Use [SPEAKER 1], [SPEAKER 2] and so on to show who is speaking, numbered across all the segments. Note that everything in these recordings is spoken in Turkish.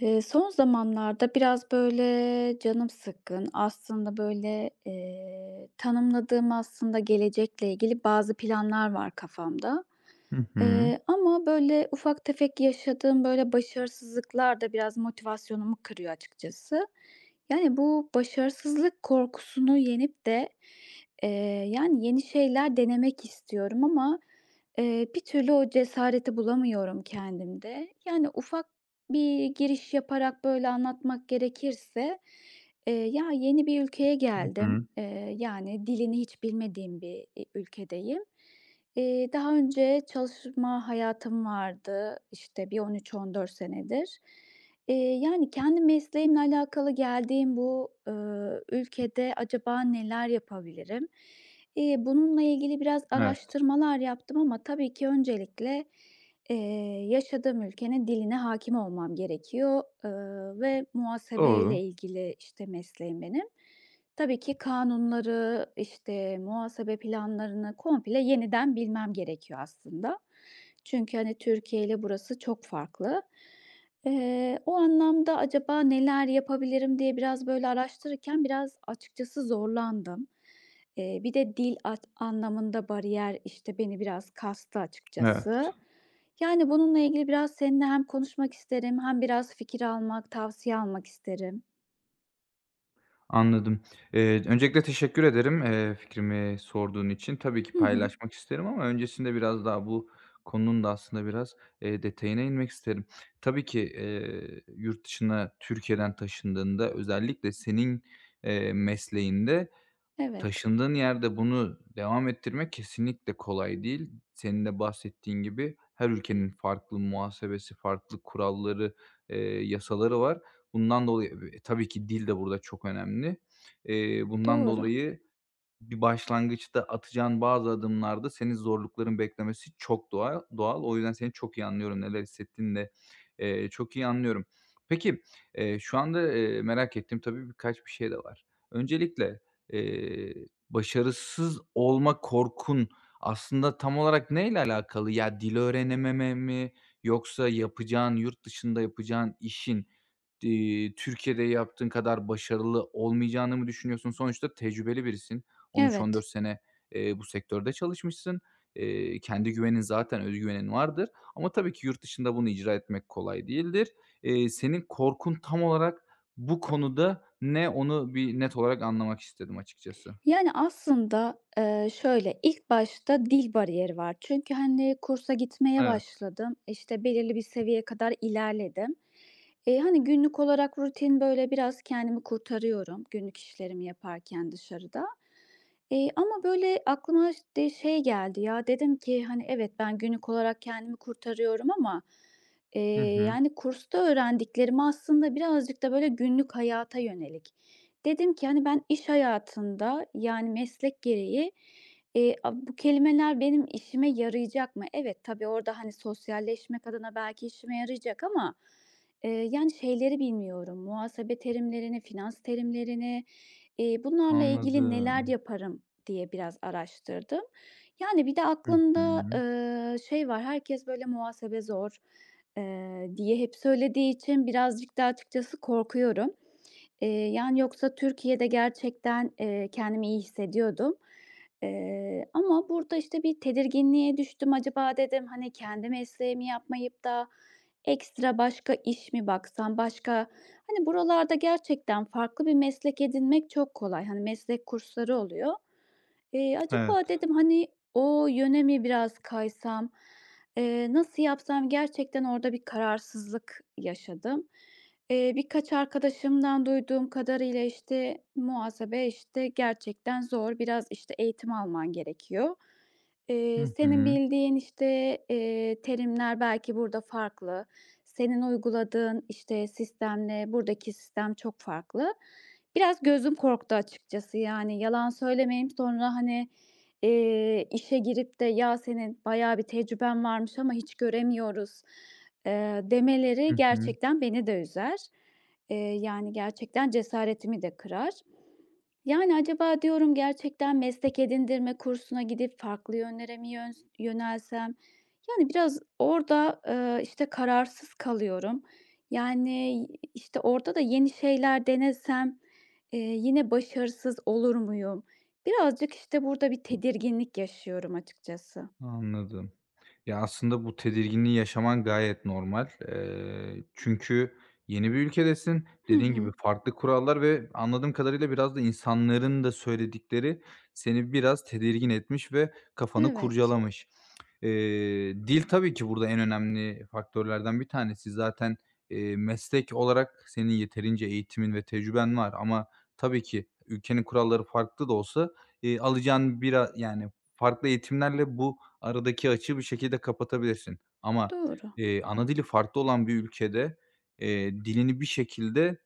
[SPEAKER 1] Son zamanlarda biraz, böyle, canım sıkkın. Aslında, böyle, tanımladığım aslında gelecekle ilgili bazı planlar var kafamda.
[SPEAKER 2] Hı hı.
[SPEAKER 1] Ama, böyle, ufak tefek yaşadığım, böyle, başarısızlıklar da biraz motivasyonumu kırıyor açıkçası. Yani, bu başarısızlık korkusunu yenip de, eee, yani, yeni şeyler denemek istiyorum ama, bir türlü o cesareti bulamıyorum kendimde. Yani, ufak bir giriş yaparak böyle anlatmak gerekirse, "Ya, yeni bir ülkeye
[SPEAKER 2] Hı
[SPEAKER 1] geldim.
[SPEAKER 2] hı.
[SPEAKER 1] Yani dilini hiç bilmediğim bir, ülkedeyim. Daha önce çalışma hayatım vardı, işte, bir 13-14 senedir. Eee, Yani kendi mesleğimle alakalı geldiğim bu, ülkede acaba neler yapabilirim?" Bununla ilgili biraz
[SPEAKER 2] Evet,
[SPEAKER 1] araştırmalar yaptım ama tabii ki öncelikle Eee, yaşadığım ülkenin diline hakim olmam gerekiyor, ve muhasebeyle
[SPEAKER 2] doğru.
[SPEAKER 1] ilgili, işte, mesleğim benim. Tabii ki kanunları, işte, muhasebe planlarını komple yeniden bilmem gerekiyor aslında. Çünkü, hani, Türkiye ile burası çok farklı. O anlamda acaba neler yapabilirim diye biraz, böyle, araştırırken biraz açıkçası zorlandım. Bir de dil at anlamında bariyer, işte, beni biraz kastı Evet.
[SPEAKER 2] Evet,
[SPEAKER 1] açıkçası. Yani, bununla ilgili biraz seninle hem konuşmak isterim hem biraz fikir almak, tavsiye almak isterim.
[SPEAKER 2] anladım. Öncelikle teşekkür ederim, fikrimi sorduğun için. Tabii ki
[SPEAKER 1] Hı hı.
[SPEAKER 2] paylaşmak isterim ama öncesinde biraz daha bu konunun da aslında biraz, detayına inmek isterim. Tabii ki, yurt dışına Türkiye'den taşındığında özellikle senin, mesleğinde
[SPEAKER 1] Evet.
[SPEAKER 2] taşındığın yerde bunu devam ettirmek kesinlikle kolay değil. Senin de bahsettiğin gibi her ülkenin farklı muhasebesi, farklı kuralları, yasaları var. Bundan dolayı, tabii ki dil de burada çok önemli. Bundan
[SPEAKER 1] Doğru.
[SPEAKER 2] dolayı bir başlangıçta atacağın bazı adımlarda senin zorlukların beklemesi çok doğal, doğal. O yüzden seni çok iyi anlıyorum. Neler hissettiğini de, çok iyi anlıyorum. Peki, şu anda, merak ettiğim tabii birkaç bir şey de var. Öncelikle, eee, başarısız olma korkun aslında tam olarak neyle alakalı? Ya, dil öğrenememe mi yoksa yapacağın, yurt dışında yapacağın işin? Türkiye'de yaptığın kadar başarılı olmayacağını mı düşünüyorsun? Sonuçta tecrübeli birisin.
[SPEAKER 1] Evet.
[SPEAKER 2] 13-14 sene, bu sektörde çalışmışsın. Kendi güvenin zaten özgüvenin vardır ama tabii ki yurt dışında bunu icra etmek kolay değildir. Senin korkun tam olarak bu konuda ne? Onu bir net olarak anlamak istedim açıkçası.
[SPEAKER 1] Yani, aslında, şöyle, ilk başta dil bariyeri var. Çünkü, hani, kursa gitmeye
[SPEAKER 2] Evet.
[SPEAKER 1] başladım, işte, belirli bir seviyeye kadar ilerledim. Hani, günlük olarak rutin, böyle, biraz kendimi kurtarıyorum günlük işlerimi yaparken dışarıda. Ama, böyle, aklıma ş de şey geldi ya, dedim ki, hani, evet, ben günlük olarak kendimi kurtarıyorum ama,
[SPEAKER 2] Hı hı.
[SPEAKER 1] yani, kursta öğrendiklerimi aslında birazcık da, böyle, günlük hayata yönelik. Dedim ki, hani, ben iş hayatında, yani, meslek gereği, a bu kelimeler benim işime yarayacak mı? Evet, tabii orada, hani, sosyalleşmek adına belki işime yarayacak ama, yani, şeyleri bilmiyorum, muhasebe terimlerini, finans terimlerini, bunlarla ilgili neler
[SPEAKER 2] Anladım.
[SPEAKER 1] yaparım diye biraz araştırdım. Yani, bir de
[SPEAKER 2] Hı
[SPEAKER 1] aklımda,
[SPEAKER 2] hı.
[SPEAKER 1] şey var, herkes böyle muhasebe zor, diye hep söylediği için birazcık da açıkçası korkuyorum. Yani, yoksa Türkiye'de gerçekten, kendimi iyi hissediyordum. Ama burada, işte, bir tedirginliğe düştüm. Acaba dedim, hani, kendi mesleğimi yapmayıp da ekstra başka iş mi baksam? Başka Hani, buralarda gerçekten farklı bir meslek edinmek çok kolay. Hani, meslek kursları oluyor.
[SPEAKER 2] Evet.
[SPEAKER 1] Acaba dedim, hani, o yöne mi biraz kaysam, nasıl yapsam? Gerçekten orada bir kararsızlık yaşadım. Birkaç arkadaşımdan duyduğum kadarıyla, işte, muhasebe, işte, gerçekten zor, biraz, işte, eğitim alman gerekiyor.
[SPEAKER 2] Hı
[SPEAKER 1] Senin
[SPEAKER 2] hı.
[SPEAKER 1] bildiğin, işte, terimler belki burada farklı. Senin uyguladığın, işte, sistemle buradaki sistem çok farklı. Biraz gözüm korktu açıkçası yani yalan söylemeyeyim sonra hani, işe girip de "Ya, senin bayağı bir tecrüben varmış ama hiç göremiyoruz." Demeleri
[SPEAKER 2] Hı hı.
[SPEAKER 1] gerçekten beni de üzer. Yani gerçekten cesaretimi de kırar. Yani, acaba diyorum gerçekten meslek edindirme kursuna gidip farklı yönlere mi yönelsem? Yani, biraz orada, işte, kararsız kalıyorum. Yani, işte, orada da yeni şeyler denesem, yine başarısız olur muyum? Birazcık, işte, burada bir tedirginlik yaşıyorum açıkçası.
[SPEAKER 2] Anladım. Ya, aslında bu tedirginliği yaşaman gayet normal. Çünkü yeni bir ülkedesin.
[SPEAKER 1] Hı
[SPEAKER 2] Dediğin gibi
[SPEAKER 1] hı.
[SPEAKER 2] farklı kurallar ve anladığım kadarıyla biraz da insanların da söyledikleri seni biraz tedirgin etmiş ve kafanı
[SPEAKER 1] Evet.
[SPEAKER 2] kurcalamış. Dil tabii ki burada en önemli faktörlerden bir tanesi. Zaten, meslek olarak senin yeterince eğitimin ve tecrüben var ama tabii ki ülkenin kuralları farklı da olsa, alacağın bir yani farklı eğitimlerle bu aradaki açığı bir şekilde kapatabilirsin ama,
[SPEAKER 1] Doğru.
[SPEAKER 2] ana dili farklı olan bir ülkede, dilini bir şekilde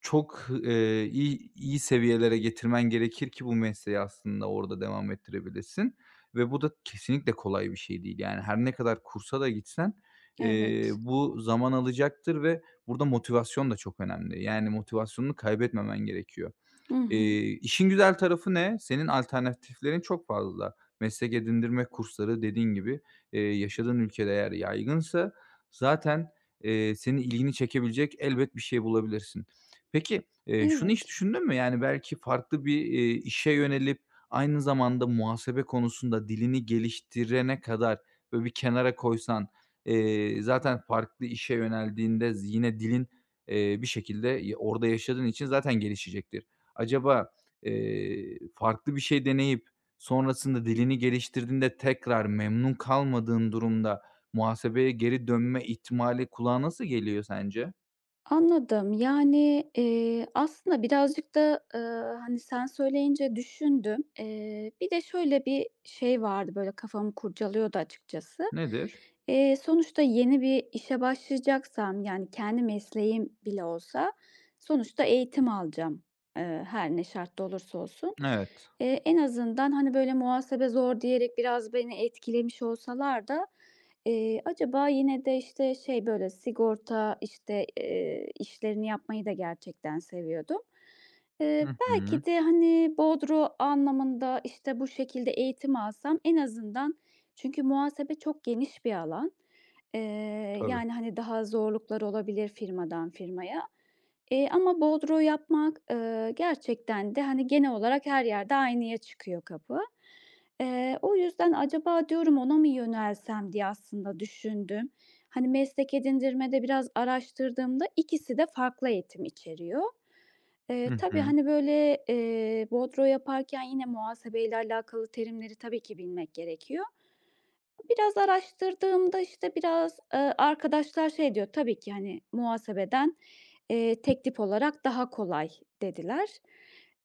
[SPEAKER 2] çok, iyi iyi seviyelere getirmen gerekir ki bu mesleği aslında orada devam ettirebilesin ve bu da kesinlikle kolay bir şey değil. Yani, her ne kadar kursa da gitsen,
[SPEAKER 1] Evet.
[SPEAKER 2] bu zaman alacaktır ve burada motivasyon da çok önemli. Yani, motivasyonunu kaybetmemen gerekiyor.
[SPEAKER 1] Hı hı.
[SPEAKER 2] İşin güzel tarafı ne? Senin alternatiflerin çok fazla. Meslek edindirme kursları dediğin gibi, yaşadığın ülkede eğer yaygınsa zaten, senin ilgini çekebilecek elbet bir şey bulabilirsin. Peki, şunu hiç
[SPEAKER 1] Evet.
[SPEAKER 2] düşündün mü? Yani belki farklı bir, işe yönelip aynı zamanda muhasebe konusunda dilini geliştirene kadar böyle bir kenara koysan, zaten farklı işe yöneldiğinde yine dilin, bir şekilde orada yaşadığın için zaten gelişecektir. Acaba, farklı bir şey deneyip sonrasında dilini geliştirdiğinde tekrar memnun kalmadığın durumda muhasebeye geri dönme ihtimali kulağa nasıl geliyor sence?
[SPEAKER 1] Anladım. Yani, aslında birazcık da, hani, sen söyleyince düşündüm. Bir de şöyle bir şey vardı, böyle, kafamı kurcalıyordu açıkçası.
[SPEAKER 2] Nedir?
[SPEAKER 1] Sonuçta yeni bir işe başlayacaksam, yani, kendi mesleğim bile olsa sonuçta eğitim alacağım, her ne şartta olursa olsun.
[SPEAKER 2] Evet.
[SPEAKER 1] En azından, hani, böyle, muhasebe zor diyerek biraz beni etkilemiş olsalar da. Acaba yine de, işte, şey, böyle, sigorta, işte, işlerini yapmayı da gerçekten seviyordum.
[SPEAKER 2] Hı hı.
[SPEAKER 1] Belki de, hani, Bodro anlamında, işte, bu şekilde eğitim alsam en azından çünkü muhasebe çok geniş bir alan. Eee,
[SPEAKER 2] Tabii.
[SPEAKER 1] Yani, hani, daha zorluklar olabilir firmadan firmaya. Ama Bodro yapmak, gerçekten de, hani, genel olarak her yerde aynıya çıkıyor kapı. O yüzden acaba diyorum ona mı yönelsem diye aslında düşündüm. Hani meslek edindirmede biraz araştırdığımda ikisi de farklı eğitim içeriyor.
[SPEAKER 2] Hı
[SPEAKER 1] Tabii,
[SPEAKER 2] hı.
[SPEAKER 1] hani, böyle, bordro yaparken yine muhasebeyle alakalı terimleri tabii ki bilmek gerekiyor. Biraz araştırdığımda, işte, biraz, arkadaşlar şey diyor, "Tabii ki, hani, muhasebeden, teklif olarak daha kolay." dediler.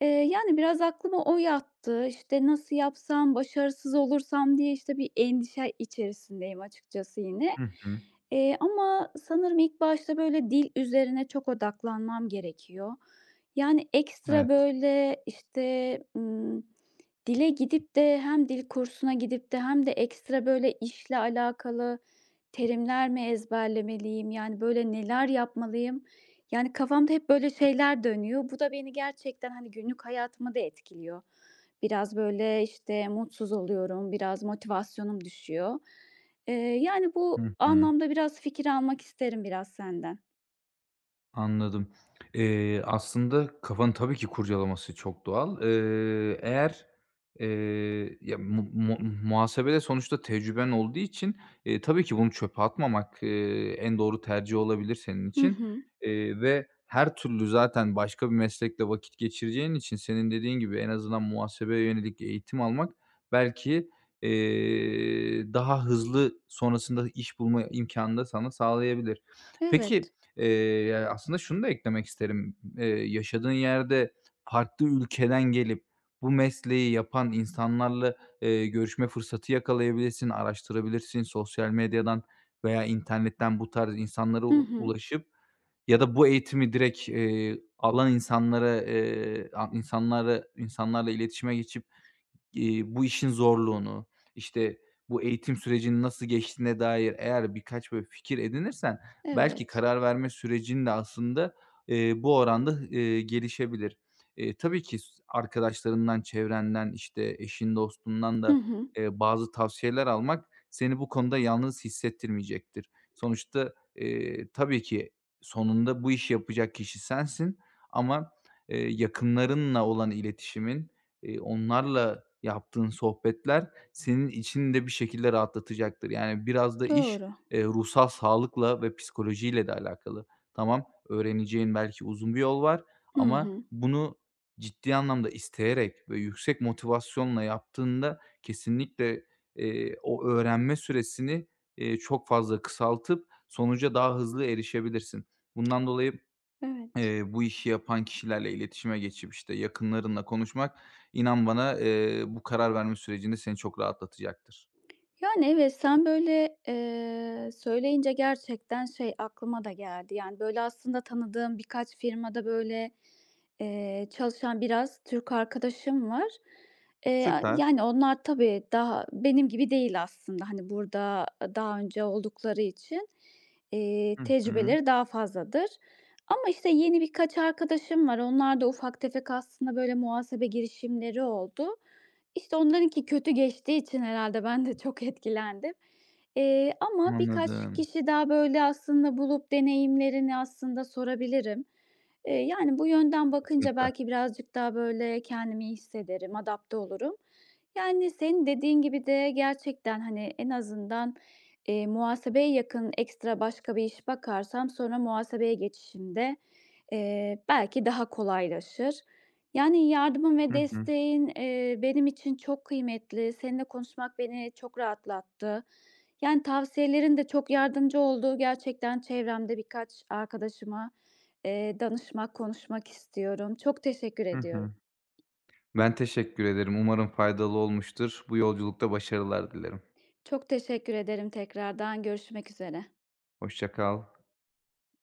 [SPEAKER 1] Yani, biraz aklıma o yattı. İşte, nasıl yapsam, başarısız olursam diye, işte, bir endişe içerisindeyim açıkçası yine.
[SPEAKER 2] Hı hı.
[SPEAKER 1] Ama sanırım ilk başta, böyle, dil üzerine çok odaklanmam gerekiyor. Yani, ekstra,
[SPEAKER 2] Evet.
[SPEAKER 1] böyle, işte. Dile gidip de hem dil kursuna gidip de hem de ekstra, böyle, işle alakalı terimler mi ezberlemeliyim? Yani, böyle, neler yapmalıyım? Yani, kafamda hep böyle şeyler dönüyor. Bu da beni gerçekten, hani, günlük hayatımı da etkiliyor. Biraz, böyle, işte, mutsuz oluyorum, biraz motivasyonum düşüyor. Yani, bu
[SPEAKER 2] Hı hı.
[SPEAKER 1] anlamda biraz fikir almak isterim biraz senden.
[SPEAKER 2] Anladım. Aslında kafanı tabii ki kurcalaması çok doğal. Eğer, ya, mu mu muhasebede sonuçta tecrüben olduğu için, tabii ki bunu çöpe atmamak, en doğru tercih olabilir senin
[SPEAKER 1] Hı
[SPEAKER 2] için,
[SPEAKER 1] hı.
[SPEAKER 2] ve her türlü zaten başka bir meslekle vakit geçireceğin için senin dediğin gibi en azından muhasebeye yönelik eğitim almak belki, daha hızlı sonrasında iş bulma imkanını da sana sağlayabilir. Peki,
[SPEAKER 1] Evet.
[SPEAKER 2] Eee, ya aslında şunu da eklemek isterim. Yaşadığın yerde farklı ülkeden gelip bu mesleği yapan insanlarla, görüşme fırsatı yakalayabilirsin, araştırabilirsin. Sosyal medyadan veya internetten bu tarz insanlara
[SPEAKER 1] Hı hı.
[SPEAKER 2] ulaşıp ya da bu eğitimi direkt, alan insanlara, a insanları insanlarla iletişime geçip bu işin zorluğunu, işte, bu eğitim sürecinin nasıl geçtiğine dair eğer birkaç böyle fikir edinirsen belki
[SPEAKER 1] Evet.
[SPEAKER 2] karar verme sürecin de aslında, bu oranda, gelişebilir. Tabii ki arkadaşlarından, çevrenden, işte, eşin, dostundan
[SPEAKER 1] Hı
[SPEAKER 2] da,
[SPEAKER 1] hı.
[SPEAKER 2] bazı tavsiyeler almak seni bu konuda yalnız hissettirmeyecektir. Sonuçta, tabii ki sonunda bu işi yapacak kişi sensin ama, yakınlarınla olan iletişimin, onlarla yaptığın sohbetler senin içini de bir şekilde rahatlatacaktır. Yani biraz da iş,
[SPEAKER 1] Doğru.
[SPEAKER 2] ruhsal sağlıkla ve psikolojiyle de alakalı. Tamam, öğreneceğin belki uzun bir yol var
[SPEAKER 1] Hı
[SPEAKER 2] ama
[SPEAKER 1] hı.
[SPEAKER 2] bunu ciddi anlamda isteyerek ve yüksek motivasyonla yaptığında kesinlikle, o öğrenme süresini, çok fazla kısaltıp sonuca daha hızlı erişebilirsin. Bundan dolayı
[SPEAKER 1] Evet.
[SPEAKER 2] Bu işi yapan kişilerle iletişime geçip, işte, yakınlarınla konuşmak, inan bana, bu karar verme sürecinde seni çok rahatlatacaktır.
[SPEAKER 1] Yani, evet, sen böyle, söyleyince gerçekten şey aklıma da geldi. Yani, böyle, aslında tanıdığım birkaç firmada, böyle, çalışan biraz Türk arkadaşım var. A
[SPEAKER 2] Süper.
[SPEAKER 1] yani, onlar tabii daha benim gibi değil aslında. Hani, burada, daha önce oldukları için,
[SPEAKER 2] Hı hı.
[SPEAKER 1] tecrübeleri daha fazladır. Ama, işte, yeni birkaç arkadaşım var. Onlar da ufak tefek aslında böyle muhasebe girişimleri oldu. İşte, onlarınki kötü geçtiği için herhâlde ben de çok etkilendim. Ama birkaç
[SPEAKER 2] Anladım.
[SPEAKER 1] kişi daha, böyle, aslında bulup deneyimlerini aslında sorabilirim. Yani, bu yönden bakınca
[SPEAKER 2] Kesinlikle.
[SPEAKER 1] belki birazcık daha, böyle, kendimi iyi hissederim, adapte olurum. Yani, senin dediğin gibi de gerçekten, hani, en azından, muhasebeye yakın ekstra başka bir iş bakarsam sonra muhasebeye geçişimde belki daha kolaylaşır. Yani, yardımın ve
[SPEAKER 2] Hı hı.
[SPEAKER 1] desteğin, benim için çok kıymetli. Seninle konuşmak beni çok rahatlattı. Yani, tavsiyelerin de çok yardımcı oldu. Gerçekten çevremde birkaç arkadaşıma, danışmak, konuşmak istiyorum. Çok teşekkür
[SPEAKER 2] Hı
[SPEAKER 1] ediyorum.
[SPEAKER 2] hı. Ben teşekkür ederim. Umarım faydalı olmuştur. Bu yolculukta başarılar dilerim.
[SPEAKER 1] Çok teşekkür ederim tekrardan. Görüşmek üzere.
[SPEAKER 2] Hoşça kal.